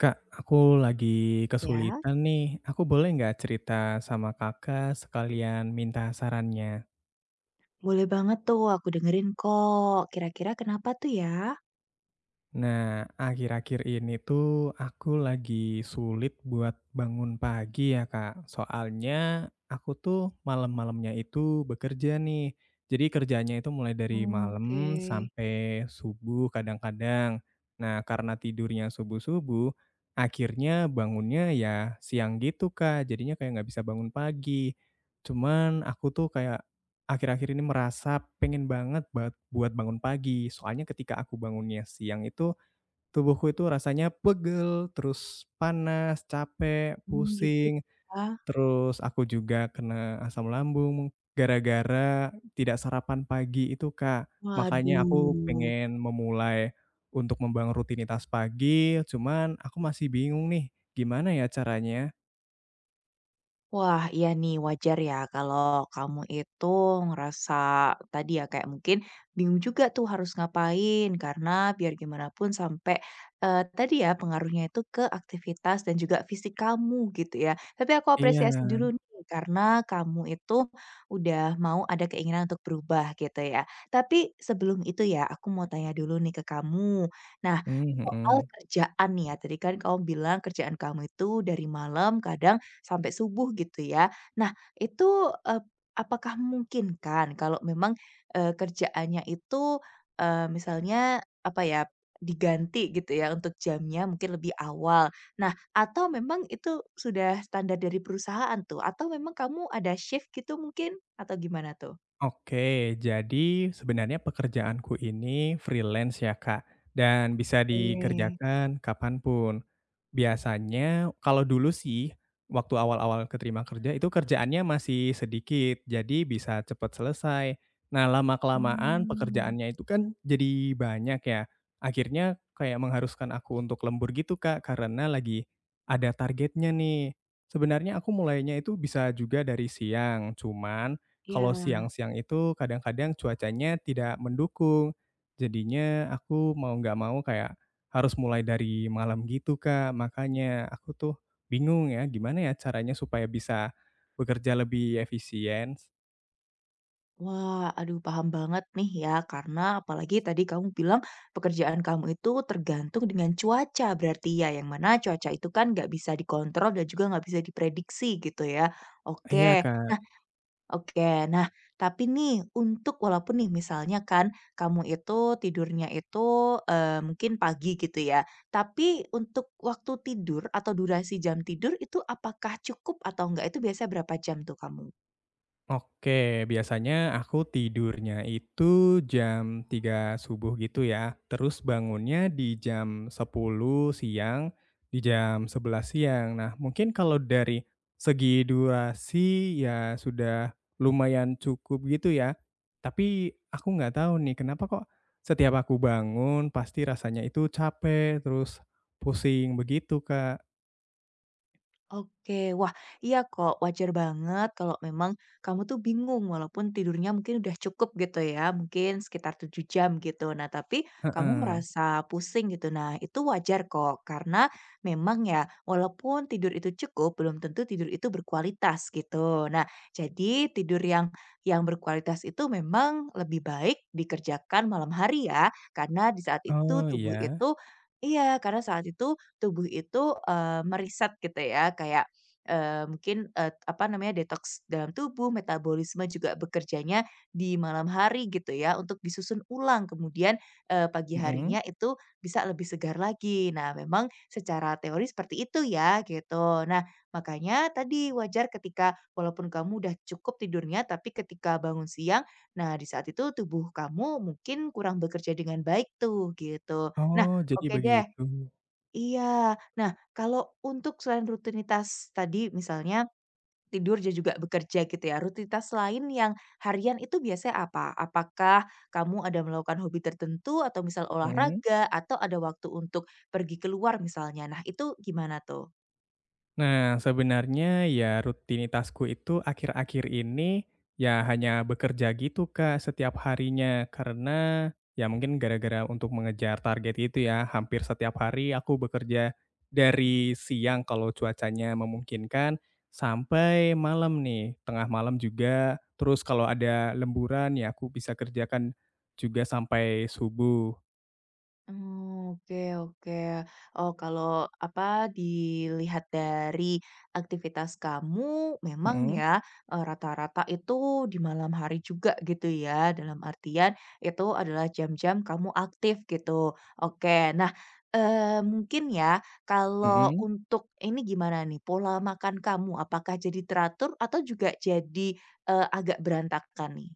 Kak, aku lagi Ya, kesulitan nih. Aku boleh nggak cerita sama Kakak sekalian minta sarannya? boleh banget tuh aku dengerin kok. Kira-kira kenapa tuh ya? Nah, akhir-akhir ini tuh aku lagi sulit buat bangun pagi ya, Kak. Soalnya aku tuh malam-malamnya itu bekerja nih. Jadi kerjanya itu mulai dari Oke. malam sampai subuh kadang-kadang. Nah, karena tidurnya subuh-subuh, akhirnya bangunnya ya siang gitu, Kak. Jadinya kayak nggak bisa bangun pagi. Cuman aku tuh kayak akhir-akhir ini merasa pengen banget buat buat bangun pagi. Soalnya ketika aku bangunnya siang itu tubuhku itu rasanya pegel, terus panas, capek, Hmm, gitu. pusing, Gitu ya. terus aku juga kena asam lambung gara-gara tidak sarapan pagi itu, Kak. Makanya aku Waduh. pengen memulai untuk membangun rutinitas pagi, cuman aku masih bingung nih, gimana ya caranya? Wah, iya nih wajar ya kalau kamu itu ngerasa tadi ya kayak mungkin bingung juga tuh harus ngapain karena biar gimana pun sampai, tadi ya pengaruhnya itu ke aktivitas dan juga fisik kamu gitu ya. Tapi aku Iya, apresiasi dulu nih karena kamu itu udah mau ada keinginan untuk berubah gitu ya. Tapi sebelum itu ya aku mau tanya dulu nih ke kamu. Nah, mmm, soal mhm. kerjaan nih ya, tadi kan kamu bilang kerjaan kamu itu dari malam kadang sampai subuh gitu ya. Nah itu, eee, apakah memungkinkan kalau memang, kerjaannya itu, misalnya apa ya, diganti gitu ya untuk jamnya mungkin lebih awal. Nah atau memang itu sudah standar dari perusahaan tuh? Atau memang kamu ada shift gitu mungkin? Atau gimana tuh? Oke, jadi sebenarnya pekerjaanku ini freelance ya Kak, dan bisa Oke. dikerjakan kapanpun. Biasanya kalau dulu sih, waktu awal-awal keterima kerja itu kerjaannya masih sedikit, jadi bisa cepat selesai. Nah, lama-kelamaan Mmm, pekerjaannya itu kan jadi banyak ya, akhirnya kayak mengharuskan aku untuk lembur gitu Kak, karena lagi ada targetnya nih. Sebenarnya aku mulainya itu bisa juga dari siang, cuman kalau iya. siang-siang itu kadang-kadang cuacanya tidak mendukung, jadinya aku mau nggak mau kayak harus mulai dari malam gitu, Kak. Makanya aku tuh bingung ya, gimana ya caranya supaya bisa bekerja lebih efisien? Wah, aduh paham banget nih ya, karena apalagi tadi kamu bilang pekerjaan kamu itu tergantung dengan cuaca berarti ya, yang mana cuaca itu kan nggak bisa dikontrol dan juga nggak bisa diprediksi gitu ya. Oke, Iya, Kak. nah oke, nah tapi nih untuk walaupun nih misalnya kan kamu itu tidurnya itu mungkin pagi gitu ya, tapi untuk waktu tidur atau durasi jam tidur itu apakah cukup atau enggak itu biasanya berapa jam tuh kamu? Oke, biasanya aku tidurnya itu jam 3 subuh gitu ya. Terus bangunnya di jam 10 siang, di jam 11 siang. Nah, mungkin kalau dari segi durasi ya sudah lumayan cukup gitu ya. Tapi aku nggak tahu nih kenapa kok setiap aku bangun pasti rasanya itu capek, terus pusing begitu, Kak. Oke, wah iya kok wajar banget kalau memang kamu tuh bingung walaupun tidurnya mungkin udah cukup gitu ya, mungkin sekitar 7 jam gitu. Nah, tapi kamu Heeh. merasa pusing gitu. Nah, itu wajar kok karena memang ya walaupun tidur itu cukup belum tentu tidur itu berkualitas gitu. Nah, jadi tidur yang berkualitas itu memang lebih baik dikerjakan malam hari ya, karena di saat itu Oh, tubuh iya? itu. Iya, karena saat itu tubuh itu, eee, me gitu ya, kayak, mungkin, apa namanya, detox dalam tubuh, metabolisme juga bekerjanya di malam hari gitu ya, untuk disusun ulang. Kemudian, pagi Mhm. harinya itu bisa lebih segar lagi. Nah, memang secara teori seperti itu ya, gitu. Nah, makanya tadi wajar ketika walaupun kamu udah cukup tidurnya, tapi ketika bangun siang, nah di saat itu tubuh kamu mungkin kurang bekerja dengan baik tuh, gitu. Nah, Oh, jadi oke deh. begitu? Iya. Nah, kalau untuk selain rutinitas tadi misalnya tidur dan juga bekerja gitu ya, rutinitas lain yang harian itu biasanya apa? Apakah kamu ada melakukan hobi tertentu atau misal Mhm. olahraga atau ada waktu untuk pergi keluar misalnya? Nah, itu gimana tuh? Nah, sebenarnya ya rutinitasku itu akhir-akhir ini ya hanya bekerja gitu Kak setiap harinya karena ya mungkin gara-gara untuk mengejar target itu ya hampir setiap hari aku bekerja dari siang kalau cuacanya memungkinkan sampai malam nih, tengah malam juga. Terus kalau ada lemburan ya aku bisa kerjakan juga sampai subuh. Oh, oke, oke. Oh, kalau apa dilihat dari aktivitas kamu memang Mhm, ya, rata-rata itu di malam hari juga gitu ya, dalam artian itu adalah jam-jam kamu aktif gitu. Oke, nah, mungkin ya kalau mhm. untuk ini gimana nih pola makan kamu, apakah jadi teratur atau juga jadi, agak berantakan nih?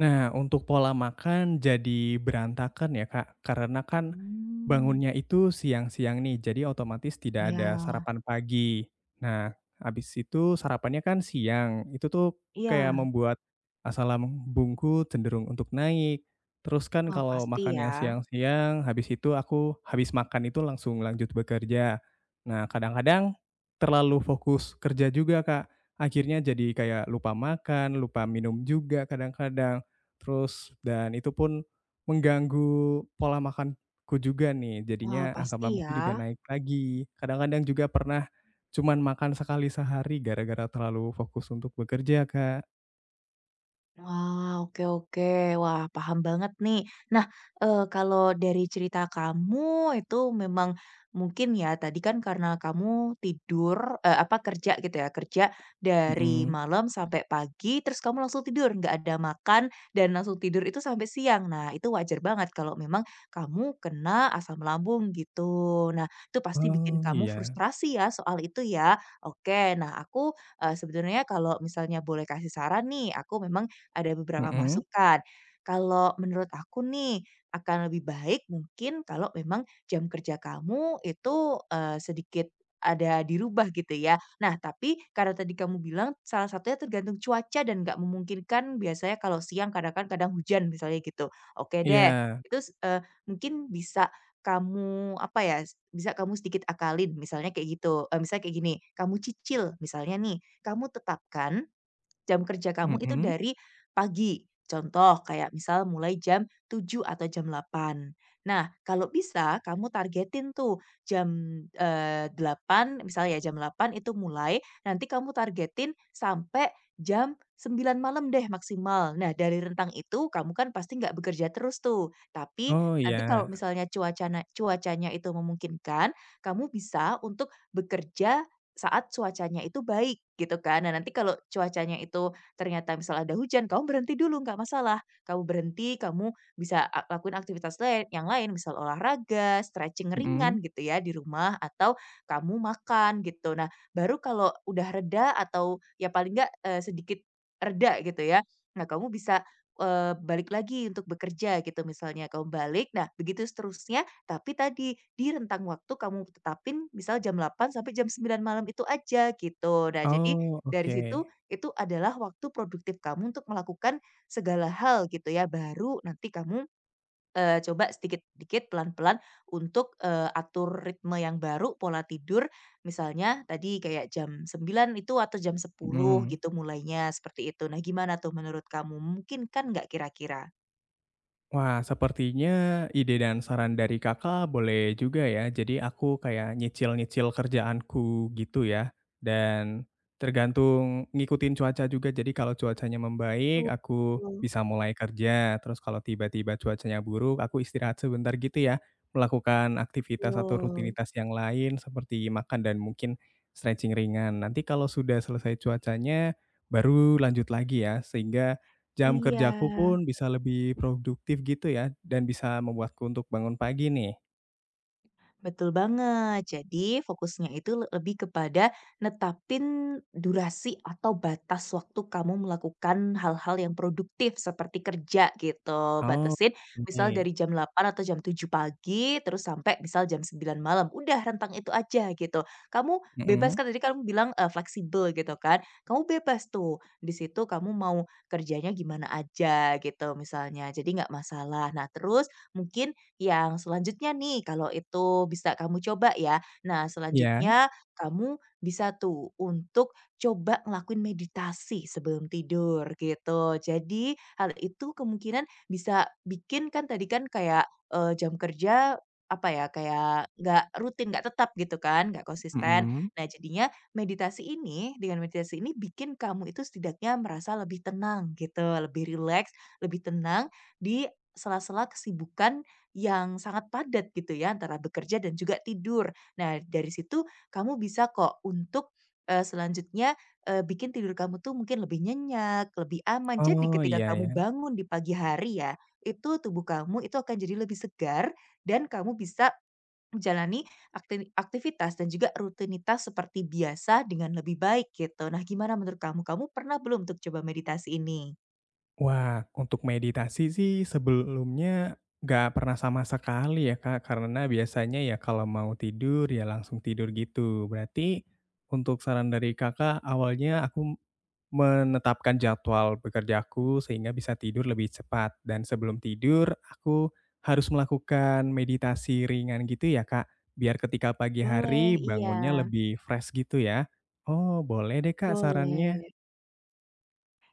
Nah, untuk pola makan jadi berantakan ya, Kak, karena kan Hmm, bangunnya itu siang-siang nih, jadi otomatis tidak ada ya, sarapan pagi. Nah, habis itu sarapannya kan siang, itu tuh kayak iya. membuat asam bungku cenderung untuk naik. Terus kan Wah, kalau pasti makan ya. yang siang-siang, habis itu aku habis makan itu langsung lanjut bekerja. Nah, kadang-kadang terlalu fokus kerja juga, Kak. Akhirnya jadi kayak lupa makan, lupa minum juga kadang-kadang. Terus dan itu pun mengganggu pola makanku juga nih, Wah, jadinya asam pasti lambungku ya. juga naik lagi. Kadang-kadang juga pernah cuman makan sekali sehari gara-gara terlalu fokus untuk bekerja, Kak. Wah, oke, oke. Wah, paham banget nih. Nah, kalau dari cerita kamu itu memang mungkin ya tadi kan karena kamu tidur, kerja gitu ya, kerja dari Mhm. malam sampai pagi, terus kamu langsung tidur, nggak ada makan dan langsung tidur itu sampai siang. Nah, itu wajar banget kalau memang kamu kena asam lambung gitu. Nah, itu pasti bikin Oh, kamu iya. frustrasi ya soal itu ya. Oke, nah aku, sebenarnya kalau misalnya boleh kasih saran nih, aku memang ada beberapa Mhm. masukan. Kalau menurut aku nih, akan lebih baik mungkin kalau memang jam kerja kamu itu, sedikit ada dirubah gitu ya. Nah, tapi karena tadi kamu bilang salah satunya tergantung cuaca dan nggak memungkinkan biasanya kalau siang kadang kan kadang hujan misalnya gitu. Oke deh, Iya. itu mungkin bisa kamu apa ya, bisa kamu sedikit akalin misalnya kayak gitu, misalnya kayak gini, kamu cicil misalnya nih, kamu tetapkan jam kerja kamu itu Mhm. dari pagi. Contoh kayak misal mulai jam 7 atau jam 8. Nah, kalau bisa kamu targetin tuh jam, 8 misal ya jam 8 itu mulai, nanti kamu targetin sampai jam 9 malam deh maksimal. Nah, dari rentang itu kamu kan pasti nggak bekerja terus tuh. Tapi Oh, nanti kalau iya. misalnya cuacanya itu memungkinkan, kamu bisa untuk bekerja saat cuacanya itu baik gitu kan. Nah nanti kalau cuacanya itu ternyata misal ada hujan, kamu berhenti dulu nggak masalah. Kamu berhenti, kamu bisa lakuin aktivitas lain yang lain, misal olahraga, stretching Mhm. ringan gitu ya di rumah atau kamu makan gitu. Nah baru kalau udah reda atau ya paling nggak, sedikit reda gitu ya, nah kamu bisa, balik lagi untuk bekerja gitu misalnya. Kamu balik, nah begitu seterusnya tapi tadi, di rentang waktu kamu tetapin misal jam 8 sampai jam 9 malam itu aja, gitu. Nah, jadi Oh, dari oke. situ, itu adalah waktu produktif kamu untuk melakukan segala hal gitu ya, baru nanti kamu, coba sedikit-sedikit, pelan-pelan untuk, atur ritme yang baru, pola tidur, misalnya tadi kayak jam 9 itu atau jam 10 Mhm. gitu mulainya, seperti itu. Nah, gimana tuh menurut kamu, mungkin kan nggak kira-kira? Wah, sepertinya ide dan saran dari Kakak boleh juga ya. Jadi aku kayak nyicil-nyicil kerjaanku gitu ya. Dan tergantung ngikutin cuaca juga. Jadi kalau cuacanya Betul, membaik, aku bisa mulai kerja. Terus kalau tiba-tiba cuacanya buruk, aku istirahat sebentar gitu ya. Melakukan aktivitas atau betul. rutinitas yang lain seperti makan dan mungkin stretching ringan. Nanti kalau sudah selesai cuacanya, baru lanjut lagi ya. Sehingga jam Iya. kerjaku pun bisa lebih produktif gitu ya, dan bisa membuatku untuk bangun pagi nih. Betul banget. Jadi fokusnya itu lebih kepada netapin durasi atau batas waktu kamu melakukan hal-hal yang produktif seperti kerja gitu. Oh, Batasin misal ini. dari jam 8 atau jam 7 pagi terus sampai misal jam 9 malam. Udah rentang itu aja gitu. Kamu bebas Mhm. kan tadi kamu bilang, fleksibel gitu kan. Kamu bebas tuh di situ kamu mau kerjanya gimana aja gitu misalnya, jadi nggak masalah. Nah terus mungkin yang selanjutnya nih, kalau itu bisa kamu coba ya. Nah, Iya? selanjutnya kamu bisa tuh untuk coba ngelakuin meditasi sebelum tidur gitu. Jadi hal itu kemungkinan bisa bikin kan tadi kan kayak, jam kerja apa ya, kayak nggak rutin, nggak tetap gitu kan, nggak konsisten. Mhm. Nah, jadinya meditasi ini dengan meditasi ini bikin kamu itu setidaknya merasa lebih tenang gitu, lebih rileks, lebih tenang di sela-sela kesibukan yang sangat padat gitu ya, antara bekerja dan juga tidur. Nah, dari situ kamu bisa kok untuk, selanjutnya, bikin tidur kamu tuh mungkin lebih nyenyak, lebih aman. Jadi Oh, ketika iya kamu ya. bangun di pagi hari ya, itu tubuh kamu itu akan jadi lebih segar dan kamu bisa menjalani aktivitas dan juga rutinitas seperti biasa dengan lebih baik gitu. Nah, gimana menurut kamu? Kamu pernah belum untuk coba meditasi ini? Wah, untuk meditasi sih sebelumnya nggak pernah sama sekali ya, Kak, karena biasanya ya kalau mau tidur ya langsung tidur gitu. Berarti untuk saran dari Kakak awalnya aku menetapkan jadwal bekerjaku sehingga bisa tidur lebih cepat dan sebelum tidur aku harus melakukan meditasi ringan gitu ya, Kak? Biar ketika pagi Boleh, hari iya, bangunnya lebih fresh gitu ya? Oh, boleh deh, Kak, sarannya. boleh.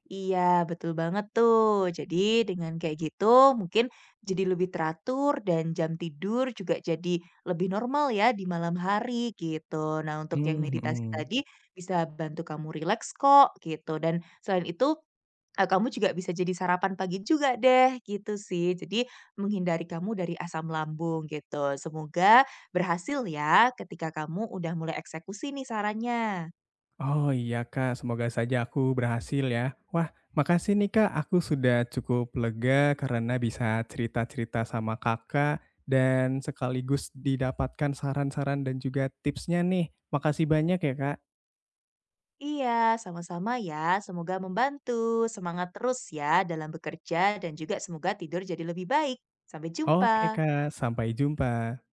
Iya, betul banget tuh. Jadi dengan kayak gitu mungkin jadi lebih teratur dan jam tidur juga jadi lebih normal ya di malam hari gitu. Nah, untuk yang Mmm, meditasi mhm. tadi bisa bantu kamu rileks kok gitu. Dan selain itu kamu juga bisa jadi sarapan pagi juga deh gitu sih. Jadi menghindari kamu dari asam lambung gitu. Semoga berhasil ya ketika kamu udah mulai eksekusi nih sarannya. Oh, iya Kak, semoga saja aku berhasil ya. Wah, makasih nih Kak, aku sudah cukup lega karena bisa cerita-cerita sama Kakak dan sekaligus didapatkan saran-saran dan juga tipsnya nih. Makasih banyak ya Kak. Iya, sama-sama ya. Semoga membantu. Semangat terus ya dalam bekerja dan juga semoga tidur jadi lebih baik. Sampai jumpa. Oke Kak, sampai jumpa.